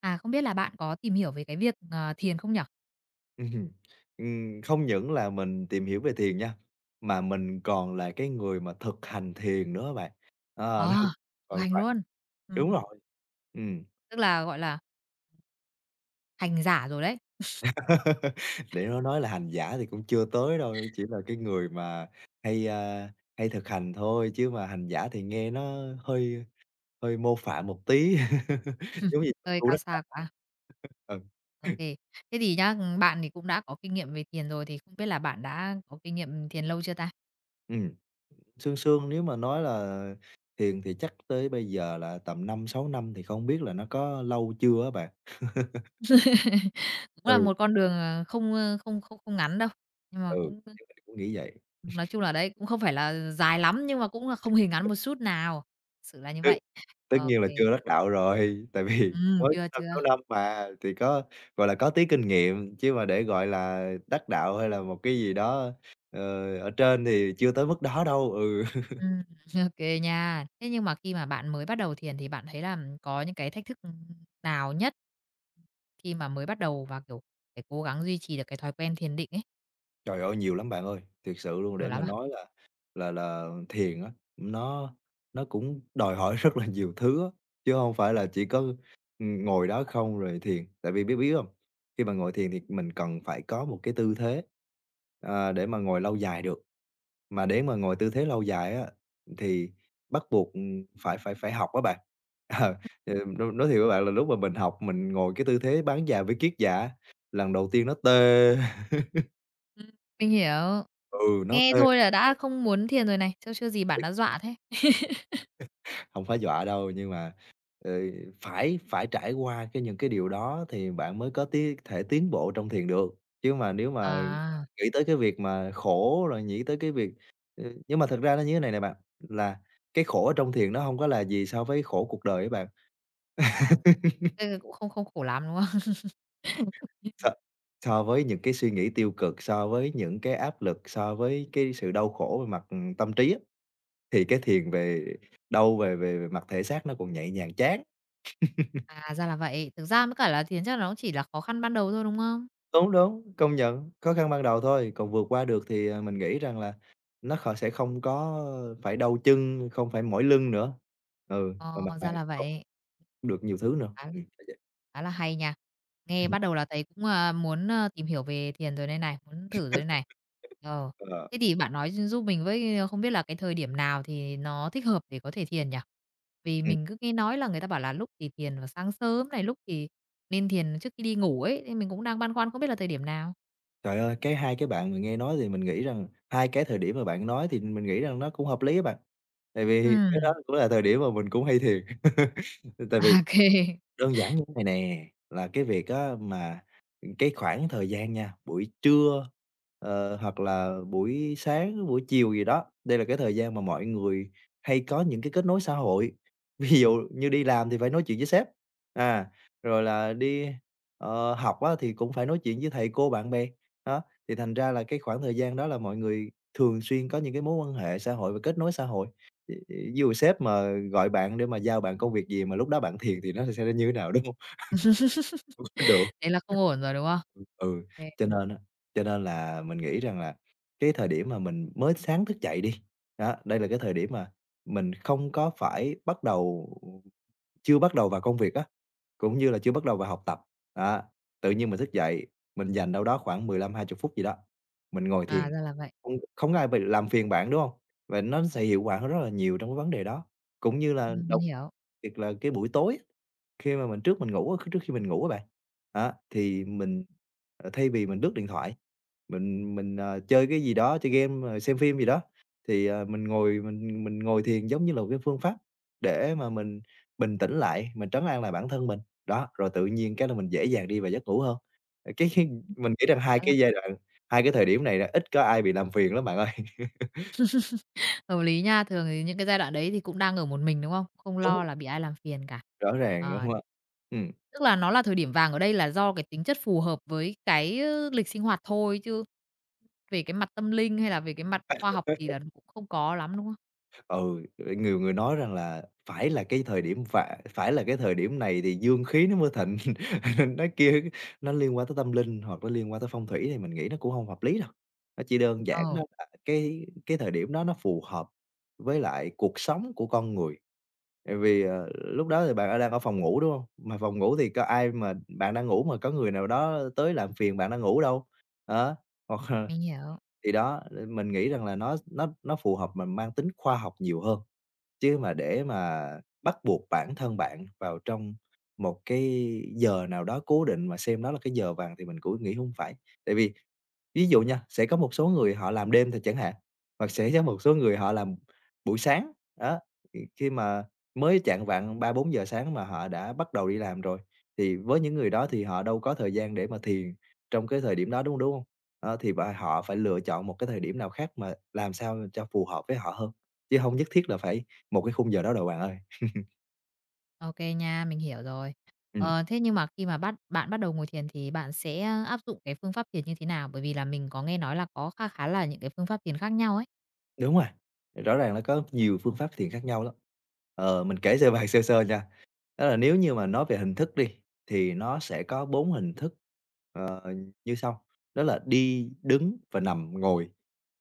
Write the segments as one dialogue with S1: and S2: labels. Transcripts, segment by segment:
S1: À, không biết là bạn có tìm hiểu về cái việc, thiền không nhở?
S2: Ừm, Không những là mình tìm hiểu về thiền nha, mà mình còn là cái người mà thực hành thiền nữa bạn. Ờ, đúng,
S1: Ờ, thực
S2: còn
S1: hành
S2: phải
S1: luôn.
S2: đúng
S1: Ừm,
S2: rồi, ừm,
S1: tức là, gọi là, hành giả rồi đấy.
S2: để nó nói là hành giả thì cũng chưa tới đâu, chỉ là cái người mà hay, a, hay thực hành thôi, chứ mà hành giả thì nghe nó hơi hơi mô phạm một tí, giống như
S1: Hơi
S2: tu
S1: cao
S2: đất Phật.
S1: xa quá. OK. Thế thì nhá, bạn thì cũng đã có kinh nghiệm về thiền rồi, thì không biết là bạn đã có kinh nghiệm thiền lâu chưa ta?
S2: Ừ. Sương sương nếu mà nói là thiền thì chắc tới bây giờ là tầm 5-6 năm thì không biết là nó có lâu chưa á bạn.
S1: Cũng là
S2: Ừ,
S1: một con đường, không, không ngắn đâu, nhưng
S2: ừ.
S1: mà cũng
S2: Thì mình cũng nghĩ vậy.
S1: nói chung là đấy, cũng không phải là dài lắm, nhưng mà cũng là không hề ngắn một chút nào, sự là như
S2: Tức
S1: vậy.
S2: tất
S1: OK.
S2: nhiên là chưa đắc đạo rồi, tại vì mới năm
S1: Chưa.
S2: sáu năm mà, thì có, gọi là, có tí kinh nghiệm, chứ mà để, gọi là, đắc đạo hay là một cái gì đó, ờ, ở trên thì chưa tới mức đó đâu. Ừ.
S1: Ừm, ô nha. Thế nhưng mà khi mà bạn mới bắt đầu thiền thì bạn thấy là có những cái thách thức, nào nhất khi mà mới bắt đầu và, kiểu, phải cố gắng duy trì được cái thói quen thiền định ấy,
S2: Trời ơi, nhiều lắm bạn ơi, thiệt sự luôn
S1: kiểu
S2: để mà
S1: lắm à?
S2: nói là thiền á, nó cũng đòi hỏi rất là nhiều thứ á, chứ hông phải là chỉ có, ngồi đó không rồi thiền. Tại vì biết biết hông? Khi mà ngồi thiền thì mình cần phải có một cái tư thế, để mà ngồi lâu dài được, mà để mà ngồi tư thế lâu dài á, thì bắt buộc, phải phải phải học á bạn. Ờ, ừ, nói thiệt với bạn là lúc mà mình học mình ngồi cái tư thế bán già với kiết già á, lần đầu tiên nó tê,
S1: Ừm, mình hiểu.
S2: ừ, nó
S1: Nghe
S2: tê.
S1: thôi là đã không muốn thiền rồi này, chứ chưa gì bạn đã dọa thế.
S2: Không phải dọa đâu, nhưng mà, ờ, phải phải trải qua cái những cái điều đó thì bạn mới có tí thể tiến bộ trong thiền được. Chứ mà nếu mà
S1: À.
S2: nghĩ tới cái việc mà khổ rồi nghĩ tới cái việc. Nhưng mà thật ra nó như thế này nè bạn, là cái khổ ở trong thiền nó không có là gì so với khổ cuộc đời ấy bạn.
S1: Ừ, cũng không không khổ lắm, đúng không?
S2: So so với những cái suy nghĩ tiêu cực, so với những cái áp lực, so với cái sự đau khổ về mặt, tâm trí á, thì cái thiền về đau về về về mặt thể xác nó còn nhẹ nhàng chán.
S1: À, ra là vậy. Thực ra mới cả là thiền chắc là nó chỉ là khó khăn ban đầu thôi, đúng không?
S2: Đúng, đúng, công nhận, khó khăn ban đầu thôi, còn vượt qua được thì, à, mình nghĩ rằng là nó sẽ không có phải đau chân, không phải mỏi lưng nữa. Ừ, mà
S1: Ờ,
S2: bạn
S1: ra là
S2: học
S1: vậy.
S2: được nhiều thứ nữa.
S1: Khá là,
S2: Phải vậy.
S1: khá là hay nha. Nghe bắt đầu là thấy cũng, à, muốn, tìm hiểu về thiền rồi đây này, muốn thử rồi đây này. Ờ,
S2: ờ,
S1: thế thì bạn nói giúp mình với, không biết là cái thời điểm nào thì nó thích hợp để có thể thiền nhỉ? Vì
S2: ừm,
S1: mình cứ nghe nói là người ta bảo là lúc thì thiền vào sáng sớm này, lúc thì nên thiền trước khi đi ngủ ấy, nên mình cũng đang băn khoăn không biết là thời điểm nào.
S2: Trời ơi, cái hai cái bạn mình nghe nói thì mình nghĩ rằng hai cái thời điểm mà bạn nói thì mình nghĩ rằng nó cũng hợp lý á bạn, tại vì cái đó
S1: Ừm,
S2: cũng là thời điểm mà mình cũng hay thiệt. Tại vì
S1: à, kê.
S2: Đơn giản như thế này nè, là cái việc á mà, cái khoảng thời gian nha, buổi trưa, hoặc là buổi sáng, buổi chiều gì đó, đây là cái thời gian mà mọi người hay có những cái kết nối xã hội. Ví dụ như đi làm thì phải nói chuyện với sếp, à, rồi là đi học á thì cũng phải nói chuyện với thầy cô, bạn bè, đó, thì thành ra là cái khoảng thời gian đó là mọi người thường xuyên có những cái mối quan hệ xã hội và kết nối xã hội. Ví ví dụ sếp mà gọi bạn để mà giao bạn công việc gì mà lúc đó bạn thiền thì nó sẽ như thế nào, đúng hông? Hông có được.
S1: Thế là không ổn rồi, đúng không?
S2: Ừ, ừ,
S1: Kê.
S2: cho nên á cho nên là mình nghĩ rằng là cái thời điểm mà mình mới sáng thức dậy đi, đó, đây là cái thời điểm mà mình không có phải bắt đầu chưa bắt đầu vào công việc á, cũng như là chưa bắt đầu vào học tập, đó, tự nhiên mình thức dậy, mình dành đâu đó khoảng 15 hai 20 phút gì đó, mình ngồi thiền,
S1: À, ra là vậy.
S2: không không có ai bị làm phiền bạn, đúng không. Và nó sẽ hiệu quả hơn rất là nhiều trong cái vấn đề đó, cũng như là
S1: Mình
S2: đầu.
S1: hiểu.
S2: Thiệt là cái buổi tối á, khi mà mình trước mình ngủ á, trước khi mình ngủ á bạn, đó, thì mình, thay vì mình lướt điện thoại, mình chơi cái gì đó, chơi game, rồi xem phim gì đó, thì, mình ngồi thiền giống như là một cái phương pháp để mà mình bình tĩnh lại, mình trấn an lại bản thân mình. Đó, rồi tự nhiên cái là mình dễ dàng đi vào giấc ngủ hơn. Cái mình nghĩ rằng hai
S1: Khá là
S2: cái giai đoạn, hai cái thời điểm này là ít có ai bị làm phiền lắm bạn ơi.
S1: hợp lý nha, thường thì những cái giai đoạn đấy thì cũng đang ở một mình, đúng không? Không
S2: Đúng,
S1: lo là bị ai làm phiền cả.
S2: rõ ràng, đúng
S1: Ờ,
S2: không ạ? Ừm.
S1: tức là nó là thời điểm vàng ở đây là do cái tính chất phù hợp với cái, lịch sinh hoạt thôi chứ về cái mặt tâm linh hay là về cái mặt khoa học thì là cũng không có lắm, đúng không?
S2: Ừ, nhiều người nói rằng là phải là cái thời điểm phải phải là cái thời điểm này thì dương khí nó mới thịnh, nên nó kia nó liên quan tới tâm linh hoặc nó liên quan tới phong thủy thì mình nghĩ nó cũng không hợp lý đâu. Nó chỉ đơn giản
S1: Ờ,
S2: đó là cái thời điểm đó nó phù hợp với lại cuộc sống của con người. Tại vì, lúc đó thì bạn đang ở phòng ngủ, đúng không? Mà phòng ngủ thì có ai mà bạn đang ngủ mà có người nào đó tới làm phiền bạn đang ngủ đâu. Đó, hoặc
S1: mình hiểu.
S2: thì đó, mình nghĩ rằng là nó phù hợp mà mang tính khoa học nhiều hơn. Chứ mà để mà bắt buộc bản thân bạn vào trong một cái giờ nào đó cố định mà xem đó là cái giờ vàng thì mình cũng nghĩ không phải. Tại vì Ví dụ nha, sẽ có một số người họ làm đêm thì chẳng hạn, hoặc sẽ có một số người họ làm buổi sáng, đó, thì khi mà mới chạng vạng 3-4 giờ sáng mà họ đã bắt đầu đi làm rồi, thì với những người đó thì họ đâu có thời gian để mà thiền trong cái thời điểm đó, đúng hông, đúng không? Đó, thì và họ phải lựa chọn một cái thời điểm nào khác mà làm sao cho phù hợp với họ hơn, chứ không nhất thiết là phải một cái khung giờ đó đâu bạn ơi.
S1: OK nha, mình hiểu rồi.
S2: Ừm.
S1: Ờ, thế nhưng mà khi mà bạn bắt đầu ngồi thiền thì bạn sẽ áp dụng cái phương pháp thiền như thế nào? Bởi vì là mình có nghe nói là có kha khá là những cái phương pháp thiền khác nhau ấy.
S2: Đúng rồi, rõ ràng nó có nhiều phương pháp thiền khác nhau lắm. Ờ, mình kể sơ bài sơ sơ nha. Đó là nếu như mà nói về hình thức đi, thì nó sẽ có 4 hình thức, ờ, như sau, đó là đi, đứng và nằm, ngồi.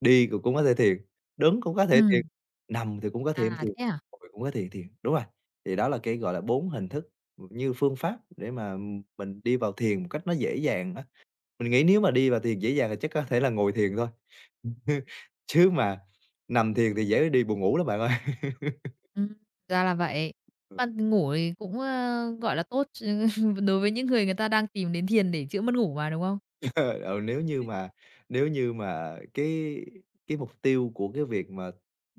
S2: Đi cũng có thể thiền, đứng cũng có thể thiền,
S1: Ừm,
S2: nằm thì cũng có thể
S1: à,
S2: thiền,
S1: thế à?
S2: ngồi cũng có thể thiền, đúng rồi. Thì đó là cái, gọi là, 4 hình thức như phương pháp để mà mình đi vào thiền một cách nó dễ dàng á. Mình nghĩ nếu mà đi vào thiền dễ dàng thì chắc có thể là ngồi thiền thôi. Chứ mà nằm thiền thì dễ đi buồn ngủ lắm bạn ơi.
S1: Ừm, ra là vậy. Mà ngủ thì cũng, gọi là, tốt chứ đối với những người người ta đang tìm đến thiền để chữa mất ngủ mà, đúng không?
S2: Ừ, nếu như mà cái mục tiêu của cái việc mà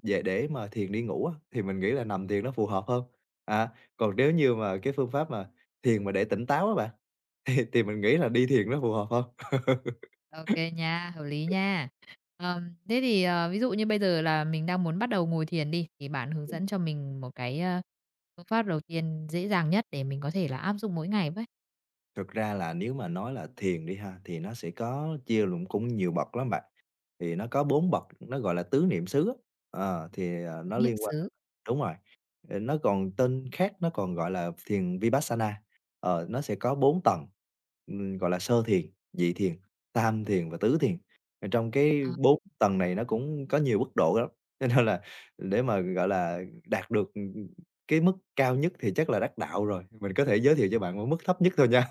S2: về để mà thiền đi ngủ á, thì mình nghĩ là nằm thiền nó phù hợp hơn. À, còn nếu như mà cái phương pháp mà thiền mà để tỉnh táo á bạn, thì mình nghĩ là đi thiền nó phù hợp hơn.
S1: Ô kê nha, hợp lý nha. Thế thì, ví dụ như bây giờ là mình đang muốn bắt đầu ngồi thiền đi, thì bạn hướng dẫn cho mình một cái, phương pháp đầu tiên dễ dàng nhất để mình có thể là áp dụng mỗi ngày với,
S2: Thực ra là nếu mà nói là thiền đi ha, thì nó sẽ có chia lụng cũng nhiều bậc lắm bạn. Thì nó có 4 bậc, nó gọi là tứ niệm xứ á, thì
S1: tống
S2: nó
S1: niệm
S2: liên quan.
S1: xứ.
S2: Đúng rồi, nó còn tên khác nó còn gọi là thiền Vipassana, nó sẽ có 4 tầng, gọi là sơ thiền, nhị thiền, tam thiền và tứ thiền. Trong cái
S1: Ờ,
S2: 4 tầng này nó cũng có nhiều mức độ lắm, cho nên là để mà, gọi là, đạt được cái mức cao nhất thì chắc là đắc đạo rồi, mình có thể giới thiệu cho bạn một mức thấp nhất thôi nha.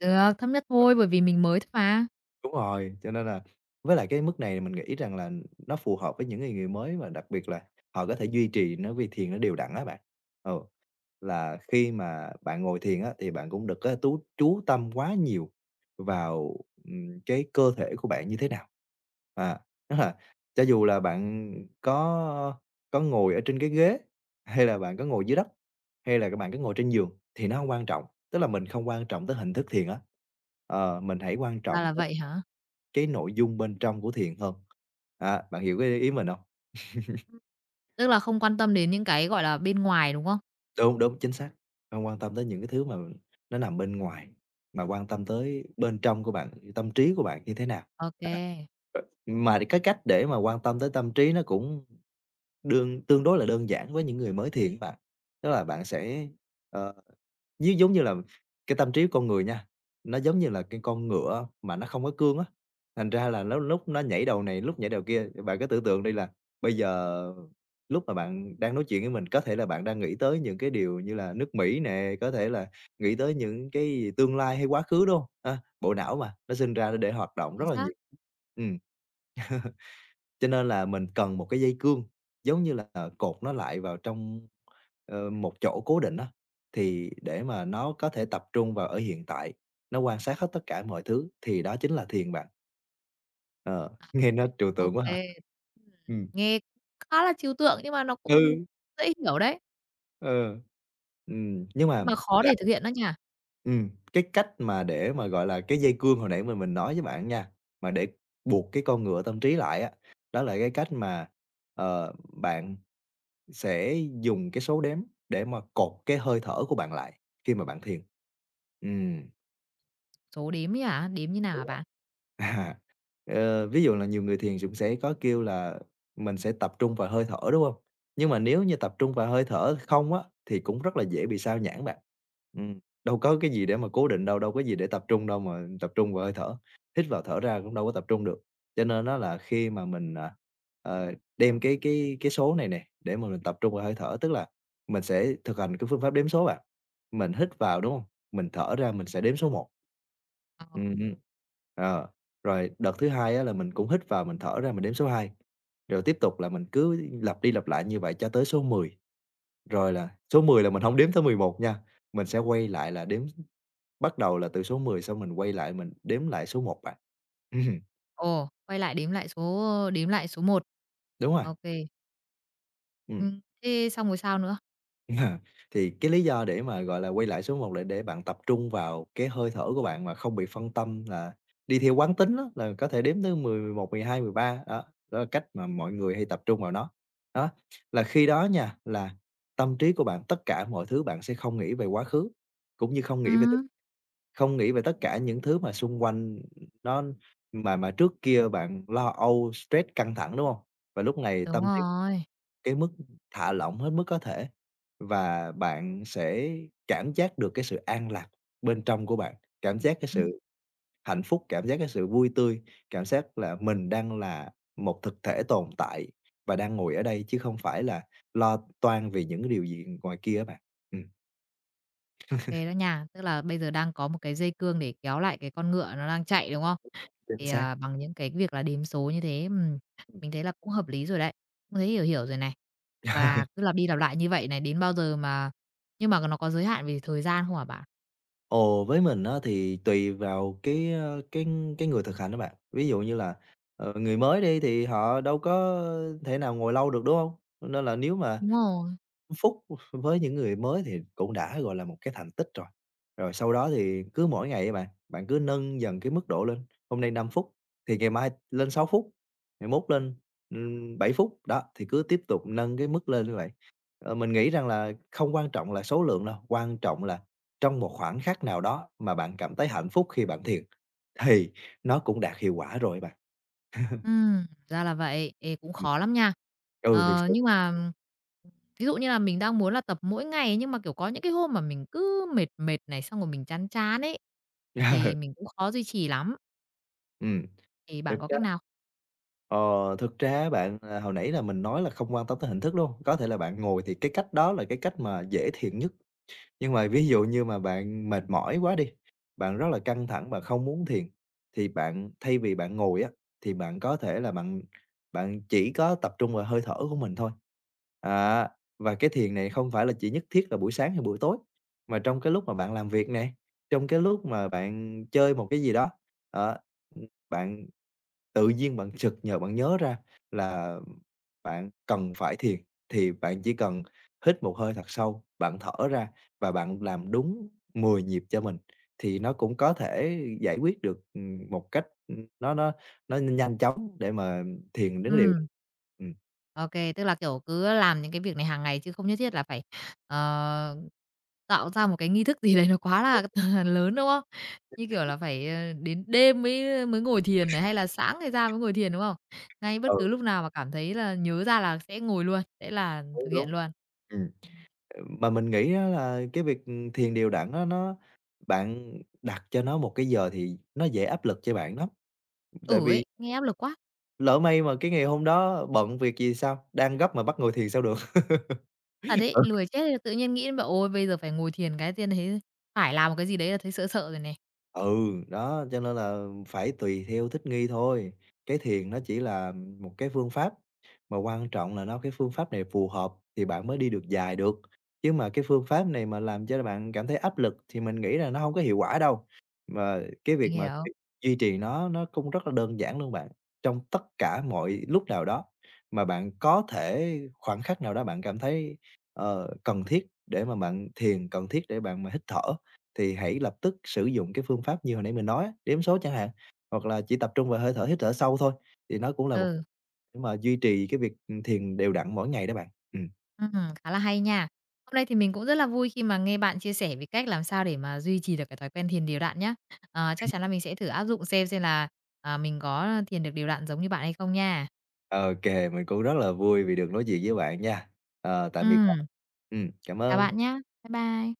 S1: được, thấp nhất thôi, bởi vì mình mới thôi mà.
S2: Đúng rồi, cho nên là với lại cái mức này mình nghĩ rằng là nó phù hợp với những người người mới và đặc biệt là họ có thể duy trì nó vì thiền nó đều đặn á bạn. Ừ, là khi mà bạn ngồi thiền á, thì bạn cũng đừng có chú tâm quá nhiều vào, cái cơ thể của bạn như thế nào. À, tức là cho dù là bạn có có ngồi ở trên cái ghế, hay là bạn có ngồi dưới đất, hay là các bạn có ngồi trên giường thì nó không quan trọng, tức là mình không quan trọng tới hình thức thiền á. Ờ, mình hãy quan
S1: Ra
S2: trọng
S1: là vậy hả?
S2: cái nội dung bên trong của thiền hơn. Á, bạn hiểu cái ý mình hông?
S1: Tức là không quan tâm đến những cái, gọi là, bên ngoài, đúng không?
S2: Đúng, đúng, chính xác, hông quan tâm tới những cái thứ mà nó nằm bên ngoài, mà quan tâm tới bên trong của bạn, tâm trí của bạn như thế nào.
S1: Ô
S2: À,
S1: kê,
S2: ờ, mà cái cách để mà quan tâm tới tâm trí nó cũng tương đối là đơn giản với những người mới thiền á bạn. Tức là bạn sẽ, ờ Như giống như là cái tâm trí của con người nha, nó giống như là cái con ngựa mà nó không có cương á, thành ra là nó lúc nó nhảy đầu này, lúc nhảy đầu kia. Bạn cứ tưởng tượng đi là bây giờ lúc mà bạn đang nói chuyện với mình, có thể là bạn đang nghĩ tới những cái điều như là nước Mỹ nè, có thể là nghĩ tới những cái tương lai hay quá khứ, đúng hông? A, bộ não mà, nó sinh ra để hoạt động rất
S1: chính
S2: là
S1: xác.
S2: nhiều. Ừm. Cho nên là mình cần một cái dây cương, giống như là, ờ, cột nó lại vào trong, ờ, một chỗ cố định á, thì để mà nó có thể tập trung vào ở hiện tại, nó quan sát hết tất cả mọi thứ, thì đó chính là thiền bạn. Ờ, nghe nó trừu
S1: Ô
S2: tượng quá hả?
S1: kê. Ừm,
S2: Ừm,
S1: nghe khá là trừu tượng nhưng mà nó cũng
S2: ừ,
S1: dễ hiểu đấy,
S2: ờ, nhưng mà
S1: nhưng mà khó
S2: là
S1: để thực hiện đó nha.
S2: cái cách mà để mà, gọi là, cái dây cương hồi nãy mình nói với bạn nha, mà để buộc cái con ngựa tâm trí lại á, đó là cái cách mà, ờ, bạn Sẽ dùng cái số đếm để mà cột cái hơi thở của bạn lại khi mà bạn thiền. Ừm.
S1: Số đếm ấy hả? Đếm như nào
S2: Đúng
S1: hả
S2: rồi.
S1: bạn?
S2: À, ví dụ là nhiều người thiền cũng sẽ có kêu là mình sẽ tập trung vào hơi thở, đúng không? Nhưng mà nếu như tập trung vào hơi thở không á, thì cũng rất là dễ bị sao nhãng bạn. Đâu có cái gì để mà cố định đâu, đâu có gì để tập trung đâu mà tập trung vào hơi thở, hít vào thở ra cũng đâu có tập trung được. Cho nên á là khi mà mình, à, ờ, đem cái số này nè, để mà mình tập trung vào hơi thở, tức là mình sẽ thực hành cái phương pháp đếm số bạn. Mình hít vào, đúng không? Mình thở ra mình sẽ đếm số một.
S1: Ờ,
S2: Hưm. Ờ, rồi đợt thứ hai á là mình cũng hít vào, mình thở ra mình đếm số hai, rồi tiếp tục là mình cứ lặp đi lặp lại như vậy cho tới số mười, rồi là số 10 là mình hổng đếm tới 11 nha, mình sẽ quay lại là đếm bắt đầu là từ số 10 xong mình quay lại mình đếm lại số một bạn. Ừm,
S1: ồ, quay lại đếm lại số một.
S2: đúng rồi,
S1: Ô kê.
S2: ừm.
S1: Thế xong rồi sao nữa?
S2: À, thì cái lý do để mà, gọi là, quay lại số một là để bạn tập trung vào cái hơi thở của bạn mà không bị phân tâm là đi theo quán tính á, là có thể đếm tới 10, 11, 12, 13, đó, đó là cách mà mọi người hay tập trung vào nó. Đó, là khi đó nha, là tâm trí của bạn, tất cả mọi thứ bạn sẽ không nghĩ về quá khứ, cũng như không nghĩ về
S1: Ừm.
S2: không nghĩ về tất cả những thứ mà xung quanh nó mà trước kia bạn lo âu, stress, căng thẳng, đúng không? Và lúc này
S1: Đúng
S2: tâm
S1: rồi.
S2: cái mức thả lỏng hết mức có thể và bạn sẽ cảm giác được cái sự an lạc bên trong của bạn, cảm giác cái
S1: Ừm.
S2: sự hạnh phúc, cảm giác cái sự vui tươi, cảm giác là mình đang là một thực thể tồn tại và đang ngồi ở đây chứ không phải là lo toan vì những cái điều gì ngoài kia á bạn. Ừm,
S1: OK đó nha. Tức là bây giờ đang có một cái dây cương để kéo lại cái con ngựa nó đang chạy, đúng không?
S2: chính
S1: Thì,
S2: xác.
S1: à, bằng những cái việc là đếm số như thế, mình thấy là cũng hợp lý rồi đấy, cũng thấy hiểu hiểu rồi này. Và cứ lặp đi lặp lại như vậy này, đến bao giờ mà nhưng mà nó có giới hạn về thời gian không hả bạn?
S2: Ồ, với mình á thì tùy vào cái, ơ, cái người thực hành đó bạn. Ví dụ như là, ờ, người mới đi thì họ đâu có thể nào ngồi lâu được, đúng không? Nên là nếu mà
S1: Đúng rồi.
S2: Phút với những người mới thì cũng đã, gọi là, một cái thành tích rồi. Rồi sau đó thì cứ mỗi ngày bạn cứ nâng dần cái mức độ lên, hôm nay 5 phút thì ngày mai lên 6 phút, ngày mốt lên, 7 phút, đó, thì cứ tiếp tục nâng cái mức lên như vậy. Ờ, mình nghĩ rằng là không quan trọng là số lượng đâu, quan trọng là trong một khoảng khắc nào đó mà bạn cảm thấy hạnh phúc khi bạn thiền, thì nó cũng đạt hiệu quả rồi bạn.
S1: Ra là vậy. Ê, cũng
S2: Ừm,
S1: khó lắm nha.
S2: ừ, thiệt
S1: Ờ,
S2: sự.
S1: nhưng mà ví dụ như là mình đang muốn là tập mỗi ngày ấy, nhưng mà, kiểu, có những cái hôm mà mình cứ mệt mệt này, xong rồi mình chán chán ấy, thì mình cũng khó duy trì lắm.
S2: Ừm,
S1: Thì bạn
S2: thực
S1: có
S2: ra
S1: cách nào?
S2: Ờ, thực ra á bạn, à, hồi nãy là mình nói là không quan tâm tới hình thức, đúng hông? Có thể là bạn ngồi thì cái cách đó là cái cách mà dễ thiện nhất, nhưng mà ví dụ như mà bạn mệt mỏi quá đi, bạn rất là căng thẳng, và không muốn thiền, thì bạn thay vì bạn ngồi á, thì bạn có thể là bạn bạn chỉ có tập trung vào hơi thở của mình thôi. À, và cái thiền này không phải là chỉ nhất thiết là buổi sáng hay buổi tối, mà trong cái lúc mà bạn làm việc nè, trong cái lúc mà bạn chơi một cái gì đó, đó, bạn tự nhiên bạn sực nhờ bạn nhớ ra là bạn cần phải thiền, thì bạn chỉ cần hít một hơi thật sâu, bạn thở ra và bạn làm đúng 10 nhịp cho mình, thì nó cũng có thể giải quyết được, một cách, nó nhanh chóng để mà thiền đến cái điều
S1: Ừm,
S2: ừm.
S1: ô tức là, kiểu, cứ làm những cái việc này hàng ngày chứ không nhất thiết là phải, ờ, tạo ra một cái nghi thức gì đấy nó quá là lớn, đúng không? Như kiểu là phải, đến đêm mới mới ngồi thiền này, hay là sáng ngày ra mới ngồi thiền, đúng không? Ngay bất
S2: Ừ,
S1: cứ lúc nào mà cảm thấy là nhớ ra là sẽ ngồi luôn, sẽ là
S2: đúng,
S1: thực hiện
S2: đúng.
S1: luôn.
S2: Ừm, mà mình nghĩ á là cái việc, thiền đều đặn á nó bạn đặt cho nó một cái giờ thì nó dễ áp lực cho bạn lắm, tại
S1: Ừ
S2: vì
S1: ấy, nghe áp lực quá,
S2: lỡ may mà cái ngày hôm đó bận việc gì sao, đang gấp mà bắt ngồi thiền sao được.
S1: thật ấy, lười chết đi, tự nhiên nghĩ đến bảo: "Ôi, bây giờ phải ngồi thiền cái tiên thấy phải làm một cái gì đấy là thấy sợ sợ rồi này."
S2: Ừ, đó, cho nên là phải tùy theo thích nghi thôi. Cái thiền nó chỉ là một cái phương pháp, mà quan trọng là nó cái phương pháp này phù hợp thì bạn mới đi được dài được. Chứ mà cái phương pháp này mà làm cho bạn cảm thấy áp lực thì mình nghĩ là nó không có hiệu quả đâu. Mà cái
S1: Mình
S2: việc mà
S1: hiểu,
S2: duy trì nó cũng rất là đơn giản luôn bạn. Trong tất cả mọi lúc nào đó mà bạn có thể khoảnh khắc nào đó bạn cảm thấy, ờ, cần thiết để mà bạn thiền, cần thiết để bạn mà hít thở thì hãy lập tức sử dụng cái phương pháp như hồi nãy mình nói á, đếm số chẳng hạn, hoặc là chỉ tập trung vào hơi thở, hít thở sâu thôi, thì nó cũng là một cái
S1: ừ.
S2: để mà duy trì cái việc, ừ, thiền đều đặn mỗi ngày đó bạn. Ừm.
S1: Ừm, khá là hay nha. Hôm nay thì mình cũng rất là vui khi mà nghe bạn chia sẻ về cách làm sao để mà duy trì được cái thói quen thiền đều đặn nhá. Ờ, chắc chắn là mình sẽ thử áp dụng xem là, à, mình có thiền được đều đặn giống như bạn hay không nha.
S2: Ô, mình cũng rất là vui vì được nói chuyện với bạn nha. Ờ, tạm biệt bạn.
S1: Ừm,
S2: Cảm
S1: chào bạn
S2: ơn.
S1: nhá. Bye bye.